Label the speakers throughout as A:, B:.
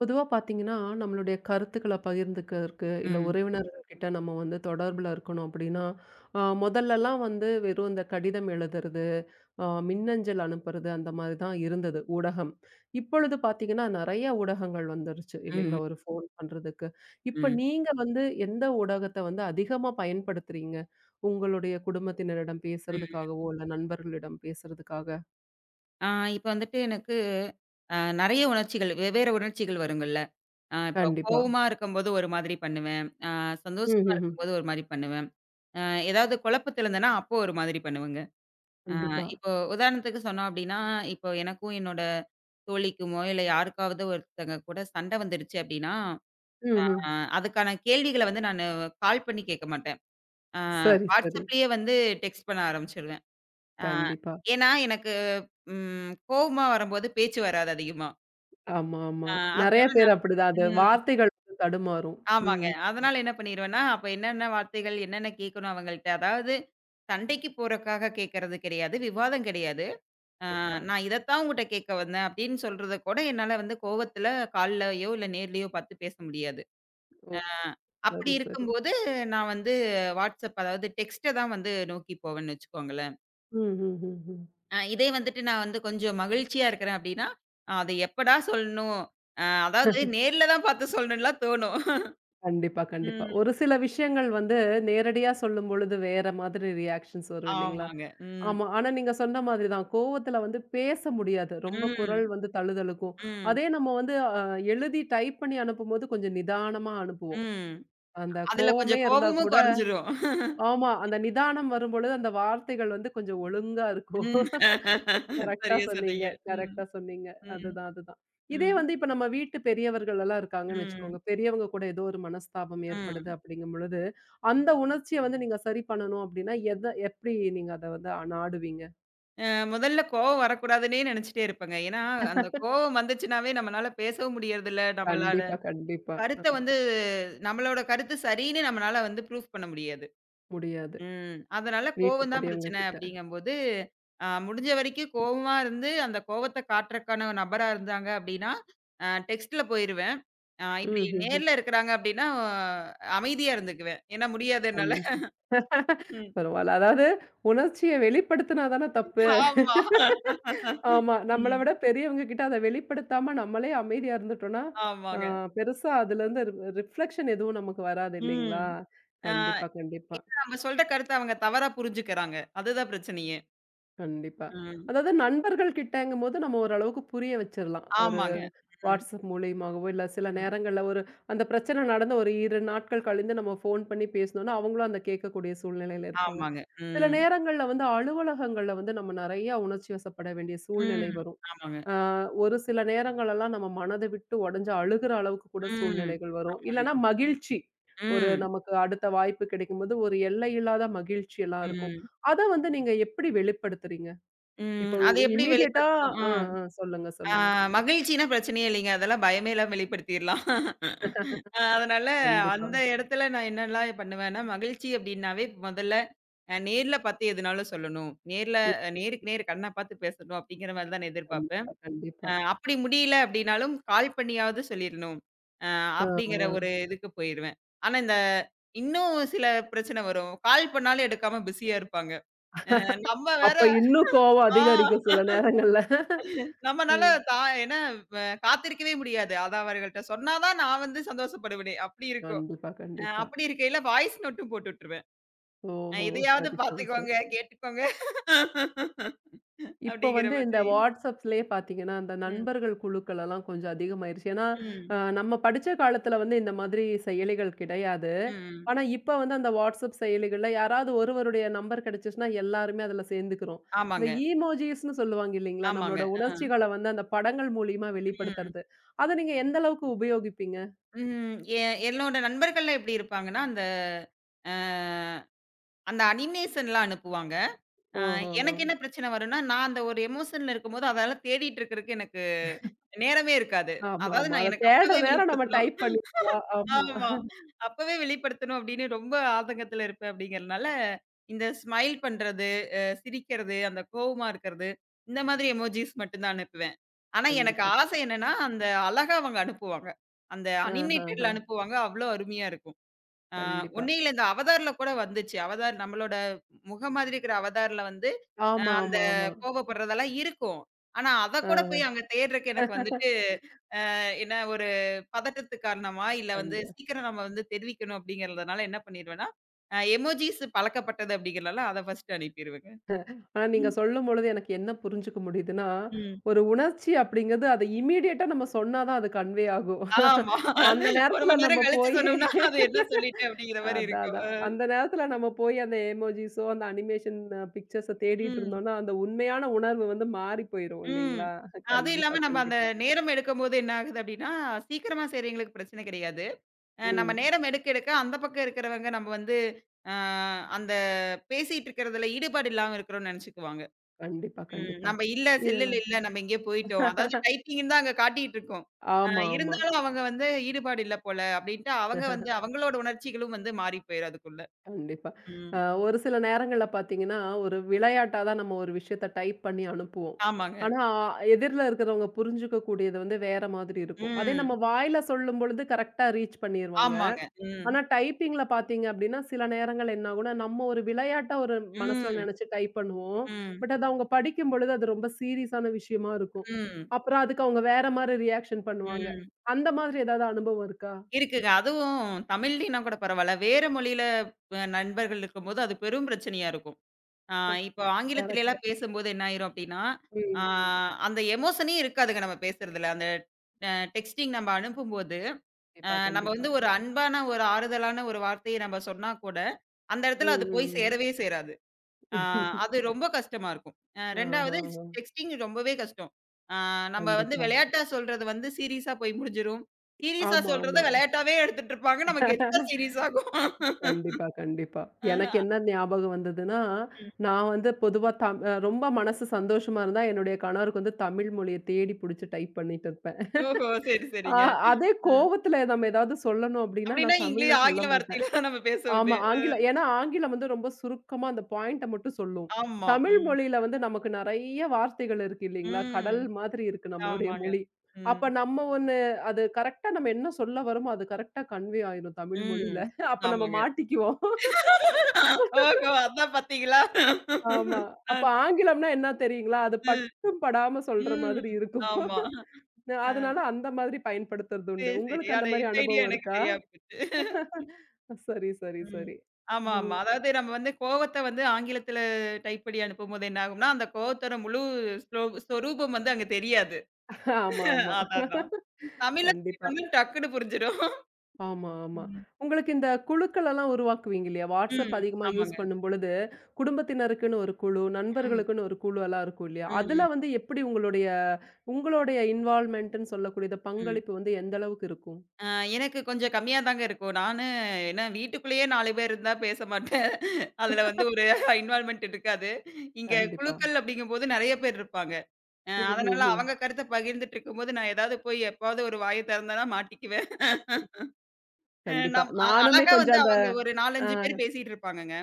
A: பொதுவா பார்த்தீங்கன்னா, நம்மளுடைய கருத்துக்கள பகிர்ந்துக்கறக்கு, இல்ல ம்.
B: ம்.
A: உறவினர்கள்கிட்ட நம்ம வந்து தொடர்புல இருக்கணும் அப்டின்னா, மொதல்லலாம் வந்து வெறும் இந்த கடிதம் எழுதுறது, மின்னஞ்சல் அனுப்புறது அந்த மாரி தான் இருந்தது ஊடகம். இப்பொழுது பார்த்தீங்கன்னா, நெறைய ஊடகங்கள் வந்துருச்சு இல்லைங்களா?
B: ம்.
A: ஒரு ஃபோன் பண்றதுக்கு. இப்ப
B: ம்.
A: நீங்க வந்து எந்த ஊடகத்த வந்து அதிகமா பயன்படுத்துறீங்க? உங்களுடைய குடும்பத்தினரிடம்
B: ம்.
A: பேசுறதுக்காகவோ, இல்ல நண்பர்களிடம் பேசுறதுக்காக?
B: ஆ இப்ப வந்துட்டு எனக்கு நெறைய உணர்ச்சிகள், வெவ்வேறு உணர்ச்சிகள் வருங்கள்ல. இப்போ
A: கண்டிப்பா.
B: கோவமா இருக்கும்போது ஒரு மாதிரி பண்ணுவேன். சந்தோஷமா
A: ம்ஹ்ம்.
B: இருக்கும்போது ஒரு மாரி பண்ணுவேன். அ ஏதாவது குழப்பத்துல இருந்தேன்னா, அப்போ ஒரு மாதிரி பண்ணுவேங்க. அ
A: கண்டிப்பா.
B: இப்போ உதாரணத்துக்கு சொன்னோம் அப்படின்னா, இப்போ எனக்கும் என்னோட தோழிக்குமோ, இல்ல யாருக்காவது ஒருத்தங்க கூட சண்டை வந்துடுச்சு அப்படின்னா, அ
A: ம்ஹ்ம்.
B: அதுக்கான கேள்விகள வந்து நானு கால் பண்ணி கேட்க மாட்டேன். அ
A: சரி, சரி.
B: WhatsAppலயே வந்து டெக்ஸ்ட் பண்ண ஆரம்பிச்சுருவேன். ஆ,
A: கண்டிப்பா.
B: ஏன்னா எனக்கு கோவமா வரும்போது பேச்சு வராது அதிகமா.
A: ஆமா, ஆமா.
B: ஆ
A: நெறைய
B: அதனால
A: பேர் அப்படிதான். அது
B: ம்
A: வார்த்தைகள் வந்து தடுமாறும். ம்.
B: ஆமாங்க. அதனால என்ன பண்ணிருவேன்னா, அப்ப என்னென்ன வார்த்தைகள், என்னென்ன கேட்கணும் அவங்கள்ட்ட, அதாவது சண்டைக்கு போறக்காக கேட்கறது கிடையாது, விவாதம் கிடையாது. ஆ
A: கண்டிப்பா.
B: நான் இதத்தான் உன்கிட்ட கேட்க வந்தேன் அப்படின்னு சொல்றத கூட என்னால வந்து கோவத்துல கால்லயோ, இல்ல நேர்லயோ பார்த்து பேச முடியாது.
A: ஓ!
B: ஆ அப்படி
A: சரி, சரி.
B: இருக்கும்போது நான் வந்து WhatsApp அதாவது டெக்ஸ்ட்ட தான் வந்து நோக்கி போவேன்னு வச்சுக்கோங்களேன்.
A: ம், ம், ம், ம்.
B: இதே வந்துட்டு நான் வந்து கொஞ்சம் மகிழ்ச்சியா இருக்கிறேன் அப்படின்னா, "அத எப்படா சொல்லணும்?" அதாவது நேர்ல தான் பார்த்து சொல்லணும்லாம் தோணும்.
A: கண்டிப்பா, கண்டிப்பா.
B: ம்.
A: ஒரு சில விஷயங்கள் வந்து நேரடியா சொல்லும்பொழுது வேற மாதிரி ரியாக்ஷன்ஸ் வரும் இல்லைங்களா?
B: ஆமாங்க. ம்.
A: ஆமா. ஆனா நீங்க சொன்ன மாதிரி தான். கோவத்துல வந்து பேச முடியாது. ரொம்ப
B: ம்.
A: குரல் வந்து தழுதழுக்கும்.
B: ம்.
A: அதே நம்ம வந்து எழுதி டைப் பண்ணி அனுப்பும்போது கொஞ்சம் நிதானமா அனுப்புவோம்.
B: ம்.
A: அந்த
B: அதுல
A: கோவமே
B: கொஞ்சம்
A: இருந்தா
B: கோவமும்
A: கூட
B: குறைஞ்சிரும்.
A: ஆமா. அந்த நிதானம் வரும்பொழுது அந்த வார்த்தைகள் வந்து கொஞ்சம் ஒழுங்கா இருக்கும்.
B: ம்.
A: கரெக்ட்டா
B: சரியா
A: சொன்னீங்க,
B: சொன்னீங்க. ம்.
A: கரெக்ட்டா சொன்னீங்க.
B: ம்.
A: அதுதான், அதுதான். இதே
B: ம்.
A: வந்து இப்ப நம்ம வீட்டு பெரியவர்கள் எல்லாம் இருக்காங்கன்னு
B: ம்.
A: வச்சுக்கோங்க. பெரியவங்க கூட ஏதோ ஒரு மனஸ்தாபம் ஏற்படுது
B: ம்.
A: அப்படிங்கும் பொழுது, அந்த உணர்ச்சிய வந்து நீங்க சரி பண்ணணும் அப்படின்னா, எத எப்படி நீங்க அத வந்து நாடுவீங்க?
B: அ முதல்ல கோவம் வரக்கூடாதுன்னே நினைச்சுட்டே இருப்பேங்க. ஏன்னா, அந்த கோவம் வந்துச்சுனாவே நம்மனால பேசவும் முடியறதில்ல. நம்மளால
A: கண்டிப்பா, கண்டிப்பா.
B: கருத்த
A: ஆமா.
B: வந்து நம்மளோட கருத்து சரின்னு நம்மனால வந்து ப்ரூஃப் பண்ண முடியாது.
A: முடியாது.
B: ம். அதனால
A: வீட்டு
B: கோவம் தான்
A: பெரியவங்க
B: பிரச்சனை
A: கிட்ட.
B: அப்படிங்கம்போது, முடிஞ்ச வரைக்கும் கோவமா இருந்து, அந்த கோவத்த காட்டுறக்கான நபரா இருந்தாங்க அப்படின்னா, டெக்ஸ்ட்ல போயிருவேன். இப்படி
A: ம், ம், ம்.
B: நேர்ல இருக்கிறாங்க அப்படின்னா, அமைதியா இருந்துக்குவேன். ஏன்னா முடியாது என்னால.
A: கண்டிப்பா.
B: ம்.
A: பரவால்ல. அதாவது உணர்ச்சிய வெளிப்படுத்தினா தானே தப்பு.
B: ஆமா.
A: ஆமா. நம்மள
B: ம்.
A: விட பெரியவங்க கிட்ட அத வெளிப்படுத்தாம நம்மளே அமைதியா இருந்துட்டோம்னா, அ
B: ஆமாங்க.
A: பெருசா அதுலருந்து ரிஃப்ளெக்ஷன் எதுவும் நமக்கு வராது
B: ம்.
A: இல்லைங்களா?
B: அ
A: கண்டிப்பா, கண்டிப்பா,
B: ஏன்னா நம்ம சொல்ற கருத்த அவங்க தவறா புரிஞ்சுக்கிறாங்க. அதுதான் பிரச்சனையே.
A: கண்டிப்பா.
B: ம்.
A: அதாவது நண்பர்கள் கிட்டங்கும்போது நம்ம ஓரளவுக்கு புரிய வச்சிரலாம். ஒரு
B: ஆமாங்க. ம்.
A: WhatsApp மூலியமாகவோ, இல்ல சில
B: ம்.
A: நேரங்கள்ல ஒரு அந்த பிரச்சனை நடந்து ஒரு 2 நாட்கள் கழிந்து நம்ம ஃபோன் பண்ணி பேசினோம்னா, அவங்களும் அந்த கேட்கக்கூடிய சூழ்நிலையில இருப்பாங்க.
B: ஆமாங்க.
A: சில
B: ம்.
A: நேரங்கள்ல வந்து அலுவலகங்கள்ல வந்து நம்ம நெறைய உணர்ச்சி வசப்பட வேண்டிய சூழ்நிலை
B: ம்.
A: வரும்.
B: ஆமாங்க.
A: ஆ, ஒரு சில நேரங்களெல்லாம் நம்ம மனத விட்டு உடைஞ்சு அழுகுற அளவுக்கு கூட
B: ம்.
A: சூழ்நிலைகள் வரும்.
B: ஆமாங்க.
A: இல்லன்னா மகிழ்ச்சி. ஒரு
B: ம்.
A: நமக்கு அடுத்த வாய்ப்பு கிடைக்கும்போது ஒரு எல்லை இல்லாத மகிழ்ச்சி எல்லாம் இருக்கும்.
B: ம்.
A: அத வந்து நீங்க எப்படி வெளிப்படுத்துறீங்க?
B: ம்.
A: இப்போ
B: அது எப்படி
A: இம்மீடியட்டா
B: வெளிப்படுத்தணும்?
A: அ,
B: ம்.
A: சொல்லுங்க,
B: ஆ
A: சொல்லுங்க.
B: மகிழ்ச்சின்னா பிரச்சனையே இல்லைங்க. அதெல்லாம் பயமே இல்லாம வெளிப்படுத்திர்லாம். அதனால
A: கண்டிப்பா.
B: அந்த இடத்துல நான் என்னலாம் பண்ணுவேன்னா, மகிழ்ச்சி அப்படின்னாவே முதல்ல நேர்ல பார்த்து எதுனாலும் சொல்லணும். நேர்ல
A: ம்.
B: அ, நேருக்கு நேர் கண்ண பார்த்து பேசணும் அப்படிங்கிற மாரி தான் நான் எதிர்பார்ப்பேன்.
A: கண்டிப்பா, கண்டிப்பா.
B: அப்படி முடியல அப்படின்னாலும் கால் பண்ணியாவது சொல்லிரணும். அ
A: ஆ,
B: அப்படிங்கிற
A: ஆ.
B: ஒரு இதுக்கு போயிருவேன். ஆனா இந்த இன்னும் சில பிரச்சனை வரும். கால் பண்ணாலும் எடுக்காம பிஸியா இருப்பாங்க. அ நம்ம வேற
A: அப்ப இன்னும் கோவம்
B: ஆ.
A: அதிகரிக்கும் சில நேரங்கள்ல.
B: நம்மனால
A: ம்.
B: தான் ஏன்னா காத்திருக்கவே முடியாது. அதான் அவர்கள்ட்ட சொன்னா தான் நான் வந்து சந்தோஷப்படுவேனே! அப்படி இருக்கும்.
A: கண்டிப்பா, கண்டிப்பா.
B: அப்படி இருக்கையில வாய்ஸ் நோட்டும் போட்டு விட்டுருவேன்.
A: ஓஹோ!
B: இதையாவது
A: சரி, சரி, சரி.
B: பார்த்துக்கோங்க, கேட்டுக்கோங்க.
A: இப்போ
B: அப்படிங்கிற
A: வந்து இந்த
B: மாதிரி.
A: வாட்ஸ்அப்ஸ்லயே பார்த்தீங்கன்னா, அந்த
B: ம்,
A: நண்பர்கள் குழுக்கள் எல்லாம் கொஞ்சம் அதிகமாயிருச்சு. ஏன்னா,
B: ம்,
A: நம்ம படிச்ச காலத்துல வந்து இந்த மாதிரி செயலிகள் கிடையாது.
B: ம்.
A: ஆனா, இப்ப வந்து அந்த வாட்ஸ்அப் செயலிகள்ல யாராவது ஒருவருடைய நம்பர் கிடைச்சுச்சுன்னா, எல்லாருமே அதுல சேர்ந்துக்கிறோம். இந்த
B: ஆமாங்க,
A: ஈமோஜிஸ்ன்னு சொல்லுவாங்க இல்லைங்களா?
B: ஆமாங்க.
A: நம்மளோட
B: அ,
A: உணர்ச்சிகள வந்து அந்த படங்கள் மூலியமா
B: ம்,
A: வெளிப்படுத்துறது. அத நீங்க எந்த அளவுக்கு உபயோகிப்பீங்க?
B: ம். என்னோட நண்பர்கள்லாம் எப்படி இருப்பாங்கன்னா, அந்த அ அந்த அனிமேஷன்லாம் அனுப்புவாங்க. ஆ
A: ஓஹோஹோ!
B: எனக்கு என்ன பிரச்சனை வரும்னா, நான் அந்த ஒரு எமோஷன்ல இருக்கும்போது, அதெல்லாம் தேடிட்டு இருக்கிறதுக்கு எனக்கு நேரமே இருக்காது. அதாவது
A: ஆமாமா.
B: நான்
A: அத
B: எனக்கு
A: தேடுற
B: அப்பவே
A: நேரம் நம்ம
B: வெளிப்படுத்தணும்.
A: டைப் பண்ணிக்கலாம். ஆமா.
B: ஆமா. அப்பவே வெளிப்படுத்தணும் அப்படின்னு ரொம்ப ஆதங்கத்துல இருப்பேன் அப்படிங்கிறதுனால, இந்த ஸ்மைல் பண்றது, சிரிக்கிறது, அந்த கோவமா இருக்கிறது, இந்த மாதிரி எமோஜிஸ் மட்டும் தான் அனுப்புவேன். ஆனா எனக்கு
A: கண்டிப்பா.
B: ஆசை என்னன்னா, அந்த அழகா அவங்க அனுப்புவாங்க. அந்த
A: ஆஹஹ.
B: அனிமேட்டட்ல அனுப்புவாங்க. அவ்வளோ அருமையா இருக்கும். ஆ,
A: கண்டிப்பா.
B: உன்னே இல்ல இந்த அவதார்ல கூட வந்துச்சு. அவதார் நம்மளோட முகம் மாதிரி இருக்கிற அவதார்ல வந்து,
A: ஆமா,
B: அந்த
A: ஆமா, ஆமா.
B: கோவப்படுறதெல்லாம் இருக்கும். ஆனா, அத கூட போய் அங்க தேடுறக்கு எனக்கு
A: ஆ.
B: வந்துட்டு, என்ன ஒரு பதட்டத்து காரணமா, இல்ல வந்து
A: கண்டிப்பா.
B: சீக்கிரம் நம்ம வந்து தெரிவிக்கணும் அப்படிங்கிறதுனால என்ன பண்ணிருவேன்னா, எமோஜிஸ் பழக்கப்பட்டது அப்படிங்கிறனால அத ஃபர்ஸ்ட் அனுப்பிருவேங்க.
A: ஆனா நீங்க
B: ம்,
A: சொல்லும்பொழுது எனக்கு என்ன புரிஞ்சுக்க முடியுதுன்னா,
B: ம்.
A: ஒரு உணர்ச்சி அப்படிங்கிறது அத இமிடியேட்டா நம்ம சொன்னா தான் அது கன்வே ஆகும்.
B: ஆமா.
A: அந்த
B: 1
A: நேரத்துல
B: மணி
A: நம்ம
B: நேரம் கழிச்சு
A: போயி
B: சொன்னோம்னா, அது என்ன சொல்லிட்டேன் அப்படிங்கிற மாரி
A: அதான்,
B: இருக்கும்.
A: அதான்.
B: அ.
A: அந்த நேரத்துல நம்ம போய் அந்த எமோஜிஸோ, அந்த அனிமேஷன் பிக்சர்ஸ தேடிட்டு
B: ம்.
A: இருந்தோம்னா, அந்த உண்மையான உணர்வு வந்து மாறி போயிரும்
B: ம்.
A: இல்லைங்களா?
B: அது
A: கண்டிப்பா,
B: இல்லாம நம்ம அந்த
A: கண்டிப்பா.
B: நேரம் எடுக்கும்போது என்ன ஆகுது அப்டின்னா, சீக்கிரமா செய்றவங்களுக்கு பிரச்சனை கிடையாது. நம்ம
A: ம்.
B: நேரம் எடுக்க எடுக்க அந்த பக்கம் இருக்கிறவங்க நம்ம வந்து அ அந்த பேசிட்டு இருக்கிறதுல ஈடுபாடு இல்லாம இருக்கிறோம்னு நெனச்சுக்குவாங்க.
A: கண்டிப்பா, கண்டிப்பா.
B: நம்ம இல்ல செல்லுல
A: இதெல்லாம்
B: இல்ல நம்ம எங்கேயோ போயிட்டோம். அதாவது டைப்பிங்ன்னு தான் அங்க காட்டிட்டு இருக்கோம். அ
A: ஆமா,
B: ம்.
A: ஆமா.
B: இருந்தாலும் அவங்க வந்து ஈடுபாடு இல்ல போல அப்டின்ட்டு அவங்க வந்து அவங்களோட உணர்ச்சிகளும் வந்து மாறி போயிரும் அதுக்குள்ள.
A: கண்டிப்பா.
B: ம்.
A: அ ஒரு சில நேரங்கள்ல பார்த்தீங்கன்னா, ஒரு விளையாட்டா தான் நம்ம ஒரு விஷயத்த டைப் பண்ணி அனுப்புவோம்.
B: ஆமாங்க.
A: ஆனா, எதிர்ல இருக்கிறவங்க புரிஞ்சுக்க கூடியது வந்து வேற மாதிரி இருக்கும். அதே நம்ம
B: ம்.
A: வாயில சொல்லும்பொழுது கரெக்ட்டா ரீச் பண்ணிருவாங்க.
B: ஆமாங்க. ம்.
A: ஆனா, டைப்பிங்ல பார்த்தீங்க அப்டின்னா, சில நேரங்கள் என்ன ஆகும்னா, நம்ம ஒரு விளையாட்டா ஒரு மனசுல
B: ம்.
A: நெனச்சு டைப் பண்ணுவோம்.
B: ம்.
A: பட் அது அவங்க படிக்கும்பொழுது அது ரொம்ப சீரியஸான விஷயமா இருக்கும்.
B: ம்.
A: அப்புறம் அதுக்கு அவங்க வேற மாரி ரியாக்ஷன் பண்ணுவாங்க.
B: ம்.
A: அந்த மாதிரி ஏதாவது அனுபவம் இருக்கா?
B: இருக்குங்க. அதுவும் தமிழ்லைன்னா கூட பரவால்ல. வேற மொழியில நண்பர்கள் இருக்கும்போது, அது பெரும் பிரச்சனையா இருக்கும். ஆ இப்போ
A: டைரக்ட்
B: ஆங்கிலத்திலலாம் பேசும்போது என்ன ஆயிரும் அப்டின்னா, ஆ
A: ம்.
B: அந்த எமோஷனே இருக்காதுங்க நம்ம பேசுறதுல. அந்த டெக்ஸ்டிங் நம்ம அனுப்பும்போது,
A: கண்டிப்பா,
B: நம்ம
A: கண்டிப்பா.
B: வந்து ஒரு அன்பான, ஒரு ஆறுதலான ஒரு வார்த்தைய நம்ம சொன்னா கூட, அந்த
A: ம்,
B: இடத்துல அது
A: ம்,
B: போய்
A: ம்.
B: சேரவே சேராது. ஆ
A: ஓஹோ!
B: அது ரொம்ப கஷ்டமா இருக்கும். 2வது
A: ஓஹோ!
B: டெக்ஸ்டிங் ரொம்பவே கஷ்டம். ஆ நம்ம வந்து
A: கண்டிப்பா.
B: விளையாட்டா சொல்றது வந்து சீரியஸா போய் முடிஞ்சிரும். சீரியஸா
A: ஆமா,
B: சொல்றத
A: ஆமா.
B: விளையாட்டாவே எடுத்துட்டு இருப்பாங்க. நமக்கு கெத்தா சீரியஸ் ஆகும்.
A: கண்டிப்பா, கண்டிப்பா.
B: அ
A: எனக்கு என்ன ஞாபகம் வந்ததுன்னா,
B: ம்.
A: நான் வந்து பொதுவா தம் அ ரொம்ப மனசு சந்தோஷமா இருந்தா, என்னுடைய கணவருக்கு வந்து தமிழ் மொழிய தேடி புடிச்சு டைப் பண்ணிட்டு இருப்பேன்.
B: ஓஹோ! சரி,
A: ஆ
B: சரிங்க.
A: அதே
B: ம்.
A: கோவத்துல நம்ம ஏதாவது சொல்லணும் அப்டின்னா,
B: அப்டின்னா
A: நான் தமிழ்ல சொல்ல
B: ஆங்கில
A: மாட்டேன்.
B: வார்த்தையில தான் நம்ம
A: ஆமா.
B: பேசுவோமே.
A: ஆங்கிலம் ஏன்னா ஆங்கிலம் வந்து ரொம்ப சுருக்கமா அந்த பாயிண்ட்ட மட்டும் சொல்லும்.
B: ஆமா.
A: தமிழ்
B: ம்.
A: மொழியில வந்து நமக்கு நெறைய வார்த்தைகள் இருக்கு இல்லீங்களா?
B: ம்.
A: கடல் மாதிரி இருக்கு நம்மளுடைய
B: ஆமாங்க.
A: மொழி. அப்ப
B: ம்.
A: நம்ம ஒண்ணு அது கரெக்ட்டா நம்ம என்ன சொல்ல வரோமோ, அது கரெக்ட்டா கன்வே ஆயிரும் தமிழ் மொழியில.
B: ம்.
A: அப்ப நம்ம
B: ஆமாங்க.
A: மாட்டிக்குவோம்.
B: ஓஹோ! அதான் பாத்தீங்களா?
A: ஆமா.
B: அ.
A: அப்ப ஆங்கிலம்னா என்ன தெரியுங்களா? அது பட்டும் படாம சொல்ற
B: ம்.
A: மாதிரி இருக்கும்.
B: ஆமா. அ.
A: அதனால அந்த மாதிரி பயன்படுத்துறது உண்டு.
B: சரி, சரி.
A: உங்களுக்கு அந்த
B: ஆனா
A: மாரி
B: இந்த ஐடியா
A: அனுபவம்
B: எனக்கு
A: இருக்கா?
B: தெரியாம போச்சு.
A: சரி, சரி,
B: ம்.
A: சரி.
B: ஆமா, ஆமா.
A: ம்.
B: அதாவது நம்ம வந்து கோவத்த வந்து ஆங்கிலத்துல டைப் பண்ணி அனுப்பும்போது என்ன ஆகும்னா, அந்த கோவத்தோட முழு ஸ்லோ சொரூபம் வந்து அங்க தெரியாது.
A: ஆமா, ஆமா.
B: அதான், அதான். தமிழ்ல
A: கண்டிப்பா.
B: சொல்லிட்டோம்னா டக்குன்னு புரிஞ்சிரும்.
A: ஆமா, ஆமா.
B: ம்.
A: உங்களுக்கு இந்த குழுக்கள் எல்லாம் உருவாக்குவீங்க இல்லையா? WhatsApp
B: ம்.
A: அதிகமா யூஸ்
B: ஆமாங்க.
A: பண்ணும்பொழுது, குடும்பத்தினருக்குன்னு ஒரு குழு,
B: ம்.
A: நண்பர்களுக்குன்னு ஒரு குழு எல்லாம் இருக்கும் இல்லையா?
B: ம், ம்,
A: அதுல வந்து எப்படி உங்களுடைய உங்களுடைய இன்வால்வ்மென்ட்ன்னு சொல்லக்கூடியத
B: ம்.
A: பங்களிப்பு வந்து எந்த அளவுக்கு இருக்கும்?
B: அ எனக்கு கொஞ்சம் கம்மியா தாங்க இருக்கும். நானு ஏன்னா வீட்டுக்குள்ளேயே 4 பேர் இருந்தா பேச மாட்டேன். அதுல வந்து ஒரு இன்வால்வ்மென்ட் இருக்காது. இங்க
A: கண்டிப்பா.
B: குழுக்கள் அப்படிங்கும்போது நெறைய பேர் இருப்பாங்க. அதனால
A: ம்ஹ்ஹ்ம்.
B: அவங்க கருத்த பகிர்ந்துட்டு இருக்கும்போது, நான் ஏதாவது போய் எப்பாவது ஒரு வாய திறந்தேன்னா மாட்டிக்குவேன். அ
A: கண்டிப்பா.
B: நம் அ
A: நானுமே
B: அழகா வந்து
A: கொஞ்சம் அந்த
B: அவங்க ஒரு 4,
A: ஆ
B: 5 பேர் பேசிட்டு இருப்பாங்கங்க.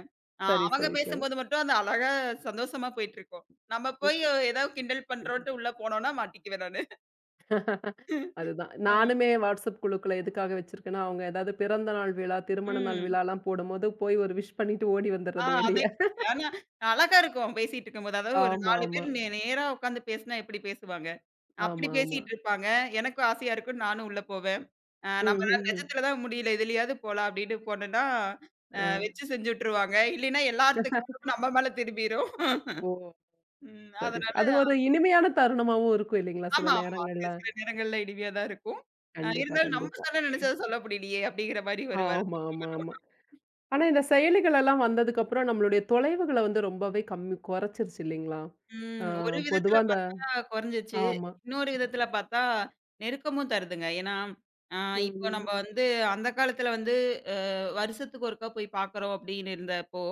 A: சரி,
B: அவங்க
A: சரி, சரி.
B: பேசும்போது மட்டும் அந்த அழகா சந்தோஷமா போயிட்டுருக்கும். நம்ம
A: ம்.
B: போய் ஏதோ கிண்டல் பண்றோன்ட்டு உள்ள போனோம்னா மாட்டிக்குவேன் நானு.
A: அதுதான்.
B: அ
A: நானுமே WhatsApp குழுக்கள எதுக்காக வச்சிருக்கேன்னா, அவங்க ஏதாவது பிறந்த நாள் விழா, திருமண நாள்
B: ம்.
A: விழாலாம் போடும்போது போய் ஒரு விஷ் பண்ணிட்டு ஓடி
B: ஆ
A: வந்துர்றது வெளிய.
B: அதே ஆனா அழகா இருக்கும் பேசிட்டு இருக்கும்போது. அதாவது ஒரு
A: ஆமா,
B: 4
A: ஆமா.
B: பேர் நே நேரா உட்காந்து பேசுனா எப்படி பேசுவாங்க? அப்படி
A: ஆமா, ஆமா.
B: பேசிட்டு இருப்பாங்க. எனக்கும் ஆசையா இருக்கும். நானும் உள்ள போவேன்.
A: ம்,
B: நம்மளால
A: ம், ம்.
B: நிஜத்துல தான் முடியல. இதுலயாவது போலாம் அப்படின்னு போனேன்னா
A: ஆ.
B: வச்சு செஞ்சு விட்டுருவாங்க. இல்லைன்னா, எல்லார்த்துக்கு கவனமும் நம்ம மேல திரும்பிரும்.
A: ஓ!
B: ம்.
A: சரி.
B: அதனால
A: அது ஒரு இனிமையான தருணமாவும் இருக்கும் இல்லைங்களா? சில
B: ஆமா, ஆமா.
A: நேரங்கள்ல.
B: சில சில நேரங்கள்ல இனிமையா தான் இருக்கும்.
A: கண்டிப்பா,
B: இருந்தாலும் நம்ம
A: கண்டிப்பா.
B: சொல்ல நெனைச்சத சொல்ல முடியலையே! அப்படிங்கிற மாரி ஒரு
A: ஆமா,
B: வருத்தம்.
A: ஆமா, ஆமா. ஆனா இந்த செயலிகள் எல்லாம் வந்ததுக்கு அப்புறம் நம்மளுடைய தொலைவுகள வந்து ரொம்பவே கம்மி குறைச்சிருச்சு இல்லைங்களா? ஆ
B: ம். ஒரு விதத்துல
A: பொதுவா அந்த
B: பாத்தா கொறஞ்சிச்சு.
A: ஆமா.
B: இன்னொரு விதத்துல பாத்தா, நெருக்கமும் தருதுங்க. ஏன்னா, அ
A: ம்,
B: இப்போ
A: ம்.
B: நம்ம
A: ம்.
B: வந்து அந்த காலத்துல வந்து அ வருஷத்துக்கு ஒருக்கா போய் பாக்குறோம் அப்படின்னு இருந்தப்போ,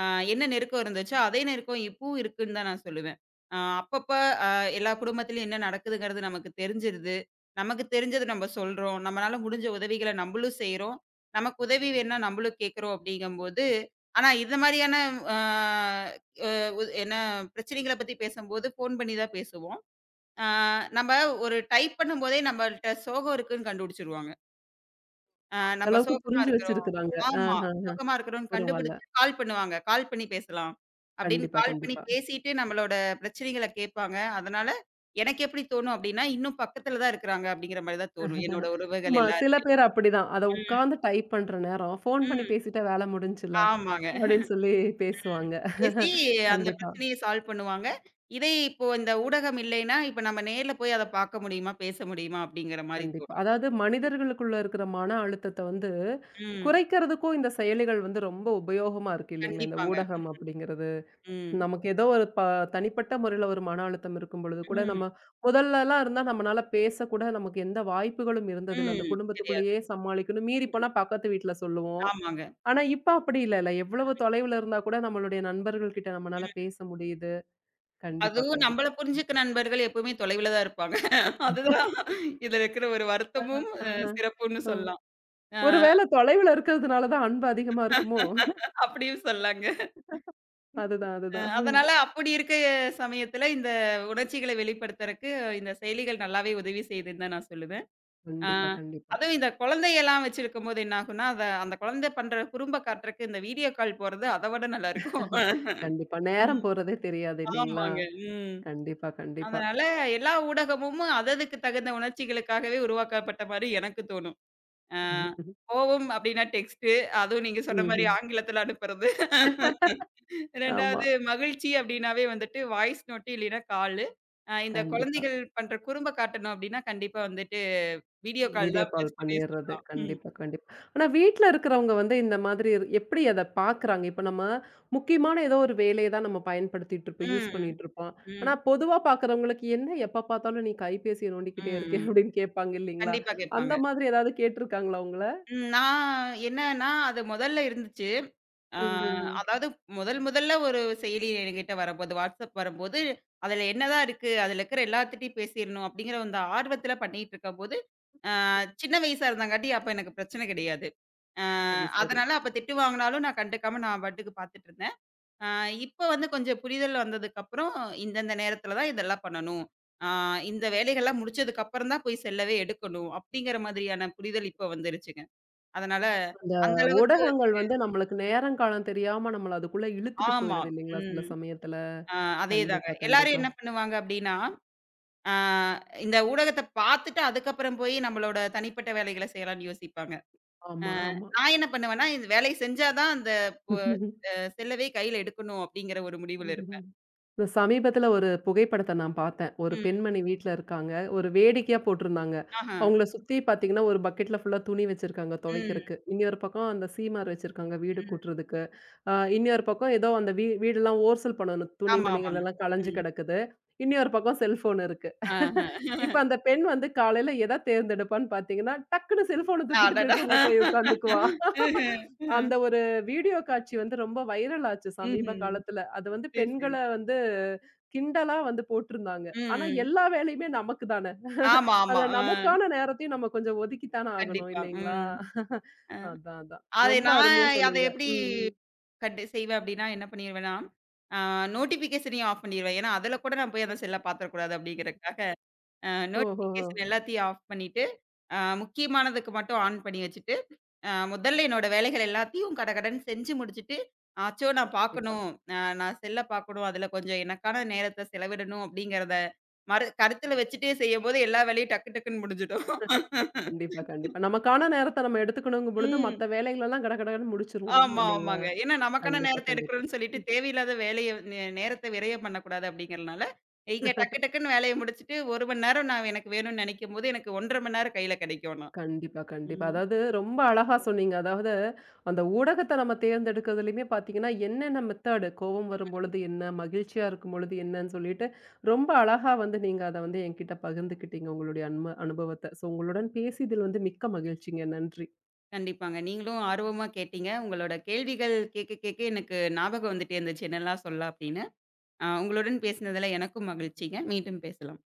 B: அ என்ன நெருக்கம் இருந்துச்சோ, அதே நெருக்கம் இப்பவும் இருக்குன்னு தான் நான் சொல்லுவேன். அப்பப்ப அ எல்லா குடும்பத்திலயும் என்ன நடக்குதுங்கிறது நமக்கு தெரிஞ்சிருது. நமக்கு தெரிஞ்சத நம்ம சொல்றோம். நம்மளால முடிஞ்ச உதவிகள நம்பளும் செய்றோம். நமக்கு உதவி வேணும்னா நம்பளும் கேக்குறோம் அப்படிங்கம்போது, ஆனா இந்த மாரியான அ உ என்ன பிரச்சனைகள பத்தி பேசம்போது ஃபோன் பண்ணி தான் பேசுவோம். ஆ நம்ம ஒரு டைப் பண்ணும்போதே நம்மள்ட்ட சோகம் இருக்குன்னு கண்டுபிடிச்சுருவாங்க.
A: அந்த
B: நம்ம
A: அளவுக்கு
B: சோகமா
A: புரிஞ்சு
B: இருக்கிறோம்.
A: வச்சிருக்கிறாங்க.
B: ஆமா.
A: ஆஹஹ.
B: சோகமா இருக்கிறோம்ன்னு
A: பரவால்ல.
B: கண்டுபிடிச்சு கால் பண்ணுவாங்க. கால் பண்ணி பேசலாம். அப்படின்னு
A: கண்டிப்பா,
B: கால் பண்ணி
A: கண்டிப்பா.
B: பேசிட்டு நம்மளோட பிரச்சனைகள கேட்பாங்க. அதனால எனக்கு எப்படி தோணும் அப்படின்னா, இன்னும் பக்கத்துல தான் இருக்கிறாங்க அப்படிங்கிற மாரி தான் தோணும். என்னோட உறவுகள்
A: ஆமா, சில
B: எல்லாரும்.
A: பேர் அப்படிதான். அத
B: ம்,
A: உட்கார்ந்து டைப் பண்ற நேரம், ஃபோன் பண்ணி
B: ம்.
A: பேசிட்டா வேல முடிஞ்சுல
B: ஆமாங்க.
A: அப்படின்னு சொல்லி பேசுவாங்க.
B: பேசி அந்த
A: கண்டிப்பா.
B: பிரச்சனைய சால்வ் பண்ணுவாங்க. இதே இப்போ இந்த ஊடகம் இல்லைன்னா, இப்ப நம்ம நேர்ல போய் அத பார்க்க முடியுமா? பேச முடியுமா? அப்படிங்கிற மாரி
A: கண்டிப்பா.
B: தோணும்.
A: அதாவது மனிதர்களுக்குள்ள இருக்கிற மன அழுத்தத்த வந்து
B: ம்.
A: குறைக்கிறதுக்கும் இந்த செயலிகள் வந்து ரொம்ப உபயோகமா இருக்கு இல்லைங்களா? இந்த
B: கண்டிப்பாங்க.
A: ஊடகம் அப்படிங்கிறது.
B: ம்.
A: நமக்கு ஏதோ ஒரு தனிப்பட்ட முறையில ஒரு மன அழுத்தம் இருக்கும் பொழுது கூட
B: ம்.
A: நம்ம முதல்லலாம் இருந்தா நம்மனால பேசக்கூட நமக்கு எந்த வாய்ப்புகளும் இருந்ததில்ல. அந்த
B: ம். தெரியாது.
A: குடும்பத்துக்குள்ளேயே சமாளிக்கணும். மீறி போனா பக்கத்து வீட்ல சொல்லுவோம்.
B: ஆமாங்க.
A: ஆனா இப்ப அப்படி இல்லல்ல. எவ்வளவு தொலைவுல இருந்தா கூட நம்மளுடைய நண்பர்கள் கிட்ட நம்மனால பேச முடியுது. கண்டிப்பா,
B: அதுவும்
A: கண்டிப்பா.
B: நம்மள புரிஞ்சுக்க நண்பர்கள் எப்பவுமே தொலைவில தான் இருப்பாங்க. அதுதான் இதுல இருக்கிற ஒரு
A: ஆஹ,
B: வருத்தமும்,
A: ஆஹ.
B: சிறப்பும்ன்னு
A: ம்.
B: சொல்லலாம். அ
A: ஒருவேள தொலைவுல இருக்கிறதுனால தான் அன்பு அதிகமா இருக்குமோ?
B: அப்படியும் சொல்லாங்க.
A: அதுதான், அதுதான்.
B: அதனால அப்படி இருக்க சமயத்துல இந்த உணர்ச்சிகள வெளிப்படுத்துறக்கு இந்த செயலிகள் நல்லாவே உதவி செய்யுதுன்னு தான் நான் சொல்லுவேன். ஆ,
A: கண்டிப்பா, கண்டிப்பா.
B: அதுவும் இந்த குழந்தையெல்லாம் வச்சிருக்கும்போது என்ன ஆகும்னா, அத அந்த குழந்தை பண்ற குறும்ப காட்டுறக்கு இந்த வீடியோ கால் போறது அத விட நல்லாருக்கும்.
A: கண்டிப்பா. நேரம்
B: ம்.
A: போறதே தெரியாது இல்லீங்களா?
B: ஆமாங்க. ம்.
A: கண்டிப்பா, கண்டிப்பா.
B: அதனால எல்லா ஊடகமும் அததுக்கு தகுந்த உணர்ச்சிகளுக்காகவே உருவாக்கப்பட்ட மாரி எனக்கு தோணும். ஆ கோவம் அப்டின்னா டெக்ஸ்ட்டு, அதுவும் நீங்க சொன்ன மாரி
A: ம்ஹ்ம்.
B: ஆங்கிலத்துல அனுப்புறது.
A: ஆமா.
B: 2வது மகிழ்ச்சி அப்டின்னாவே வந்துட்டு வாய்ஸ் நோட்டு இல்லைன்னா காலு. இந்த
A: கண்டிப்பா.
B: குழந்தைகள் பண்ற குறும்ப காட்டணும் அப்டின்னா, கண்டிப்பா வந்துட்டு வீடியோ கால்
A: வீடியோ
B: தான்
A: கால்
B: பெஸ்ட்டுன்னே
A: பண்ணிர்றது.
B: சொல்லலாம். ம்.
A: கண்டிப்பா, கண்டிப்பா. ஆனா வீட்ல இருக்கிறவங்க வந்து இந்த மாதிரி எப்படி அத பார்க்குறாங்க? இப்ப நம்ம முக்கியமான ஏதோ ஒரு வேலைய தான் நம்ம பயன்படுத்திட்டு இருப்போம், யூஸ்
B: ம்.
A: பண்ணிட்டு இருப்போம். ஆனா
B: ம்.
A: பொதுவா பார்க்குறவங்களுக்கு, "என்ன எப்ப பார்த்தாலும் நீ கைபேசிய
B: ம்,
A: நோண்டிக்கிட்டே இருக்கியே?"
B: ம்.
A: அப்படின்னு கேட்பாங்க இல்லீங்களா?
B: கண்டிப்பா
A: அந்த
B: கேட்பாங்க.
A: மாதிரி ஏதாவது கேட்டுருக்காங்களா உங்கள?
B: நான் என்னன்னா, அது முதல்ல இருந்துச்சு. ஆ
A: ம்ஹ்ஹ்ம்.
B: அதாவது முதல் முதல்ல ஒரு செயலி என்கிட்ட வரம்போது, WhatsApp வரம்போது, அதில என்னதான் இருக்கு? அதில இருக்கிற எல்லாத்துட்டயும் பேசிறணும் அப்படிங்கிற அந்த ஆர்வத்தில பண்ணிட்டு இருக்கும்போது, அ சின்ன வயசா இருந்தங்காட்டி அப்ப எனக்கு பிரச்சனை கிடையாது. அ
A: சரி, சரி.
B: அதனால அப்ப திட்டு வாங்குனாலும் நான் கண்டுக்காம நான் பாட்டுக்கு பார்த்துட்டு இருந்தேன். ஆ இப்ப வந்து கொஞ்சம் புரிதல் வந்ததுக்கப்புறம், இந்தந்த நேரத்தில தான் இதெல்லாம் பண்ணணும். ஆ இந்த வேலைகள்லாம் முடிச்சதுக்கப்புறம் தான் போய் செல்லவே எடுக்கணும். அப்படிங்கிற மாதிரியான புரிதல் இப்ப வந்துருச்சுங்க. அதனால
A: அந்த
B: அந்த அளவுக்கு
A: ஊடகங்கள்
B: வந்து
A: வந்து நம்மளுக்கு நேரம் காலம் தெரியாம நம்மள அதுக்குள்ள இழுத்துட்டு
B: ஆமா.
A: போயிருது இல்லைங்களா? சில
B: ம்.
A: சமயத்துல.
B: ஆ அதேதாங்க.
A: கண்டிப்பா,
B: எல்லாரும்
A: கண்டிப்பா.
B: என்ன பண்ணுவாங்க அப்படின்னா, ஆ இந்த ஊடகத்த பார்த்துட்டு அதுக்கப்புறம் போய் நம்மளோட தனிப்பட்ட வேலைகள செய்யலாம்ன்னு யோசிப்பாங்க. ஆ
A: ஆமா, ஆமா.
B: நான் என்ன பண்ணுவேன்னா, இந்த வேலைய செஞ்சா தான் அந்த ப செல்லவே கையில எடுக்கணும் அப்படிங்கிற ஒரு முடிவுல
A: அதுதான்.
B: இருப்பேன்.
A: இந்த சமீபத்துல ஒரு புகைப்படத்த நான் பார்த்தேன். ஒரு
B: ம்.
A: பெண்மணி வீட்ல இருக்காங்க. ஒரு வேடிக்கையா போட்டிருந்தாங்க.
B: ஆஹ.
A: அவங்கள சுத்தி பார்த்தீங்கன்னா, ஒரு பக்கெட்ல ஃபுல்லா துணி வச்சிருக்காங்க
B: ம்.
A: துவைக்கிறக்கு. இன்னொரு பக்கம் அந்த சீமார் வச்சிருக்காங்க வீடு
B: ம்.
A: கூட்டுறதுக்கு. இன்னொரு பக்கம் ஏதோ அந்த வீடெல்லாம் ஓர்சல் பண்ணணும்.
B: ஆமா,
A: துணிமணிகள்
B: ஆமாங்க.
A: எல்லாம் கலஞ்சு
B: ம்.
A: கிடக்குது. இன்னொரு பக்கம் செல்ஃபோன் இருக்கு. இப்ப
B: ஆஹ.
A: அந்த பெண் வந்து காலையில எத தேர்ந்தெடுப்பான்னு பார்த்தீங்கன்னா, டக்குனு செல்ஃபோன தூக்கிட்டு
B: அடடா!
A: பெட்ரூம்ல போய் உட்கார்ந்துக்குவா.
B: ம்ஹ்ம். ம்.
A: அந்த ஒரு வீடியோ காட்சி வந்து ரொம்ப வைரல் ஆச்சு சமீப
B: ம்ஹ்ம்.
A: காலத்துல. அது வந்து
B: சரி,
A: பெண்கள
B: சரி.
A: வந்து கிண்டலா வந்து போட்டிருந்தாங்க. ஆனா
B: ம்.
A: எல்லா வேலையுமே நமக்கு தானே.
B: ஆமா, ஆமா.
A: அத
B: ஆ.
A: நமக்கான நேரத்தையும் நம்ம கொஞ்சம் ஒதுக்கி தானே ஆகணும்
B: கண்டிப்பா.
A: இல்லைங்களா?
B: ம். அ.
A: அதான், அதான்.
B: அதை
A: ரொம்ப
B: நான்
A: அருமையா
B: அதை
A: சொன்னீங்க.
B: எப்படி
A: ம், ம்.
B: கண்டு செய்வேன் அப்படின்னா, என்ன பண்ணிருவேன்னா, ஆ நோட்டிஃபிகேஷனையும் ஆஃப் பண்ணிருவேன். ஏன்னா, அதுல கூட நான் போய் அந்த செல்ல பாத்துறக்கூடாது அப்படிங்கிறதுக்காக. அ
A: ஓஹோஹோ!
B: நோட்டிஃபிகேஷன் எல்லாத்தையும் ஆஃப் பண்ணிட்டு, முக்கியமானதுக்கு மட்டும் ஆன் பண்ணி வச்சுட்டு, முதல்ல என்னோட வேலைகள் எல்லாத்தையும் கடகடன்னு செஞ்சு முடிச்சுட்டு, "ஆச்சோ! நான்
A: கண்டிப்பா,
B: பார்க்கணும். நான் செல்ல பார்க்கணும். அதுல கொஞ்சம் எனக்கான நேரத்த செலவிடணும்." அப்படிங்கிறத மறு கருத்துல வச்சுட்டே செய்யும்போது எல்லா வேலையும் டக்கு டக்குன்னு முடிஞ்சிடும்.
A: கண்டிப்பா, கண்டிப்பா. நமக்கான நேரத்த நம்ம எடுத்துக்கணுங்கும் பொழுது,
B: ம்.
A: மத்த வேலைகளெல்லாம் கடகடன்னு முடிச்சுருவோம் நம்ம
B: ஆமா,
A: இல்லைங்களா?
B: ஆமாங்க. ஏன்னா நமக்கான
A: கண்டிப்பா,
B: நேரத்த
A: கண்டிப்பா.
B: எடுக்கிறோம்னு சொல்லிட்டு தேவையில்லாத வேலைய நேரத்த விரயம் பண்ணக்கூடாது அப்படிங்கிறனால, இங்க டக்கு டக்குன்னு வேலைய முடிச்சுட்டு 1 மணி நேரம் நான் எனக்கு வேணும்னு நெனைக்கும்போது, எனக்கு 1 1/2 மணி நேரம் கையில கிடைக்கும் ஆனா.
A: கண்டிப்பா, கண்டிப்பா.
B: ம்.
A: அதாவது ரொம்ப அழகா சொன்னீங்க. அதாவது அந்த ஊடகத்த நம்ம தேர்ந்தெடுக்கிறதுலயுமே பார்த்தீங்கன்னா, என்னென்ன மெத்தேடு கோவம் வரும்பொழுது என்ன, மகிழ்ச்சியா இருக்கும்பொழுது என்னன்னு சொல்லிட்டு, ரொம்ப அழகா வந்து நீங்க அத வந்து என்கிட்ட பகிர்ந்துக்கிட்டீங்க உங்களுடைய அனுபவத்த. ஸோ உங்களுடன் பேசியதில் வந்து மிக்க மகிழ்ச்சிங்க. நன்றி.
B: கண்டிப்பாங்க. நீங்களும் ஆர்வமா கேட்டீங்க. உங்களோட கேள்விகள் கேட்க கேட்க எனக்கு ஞாபகம் வந்துட்டே இருந்துச்சு, என்னெல்லாம் சொல்லலாம் அப்படின்னு. உங்களுடன் பேசினதுல எனக்கும் மகிழ்ச்சிங்க. மீண்டும் பேசலாம்.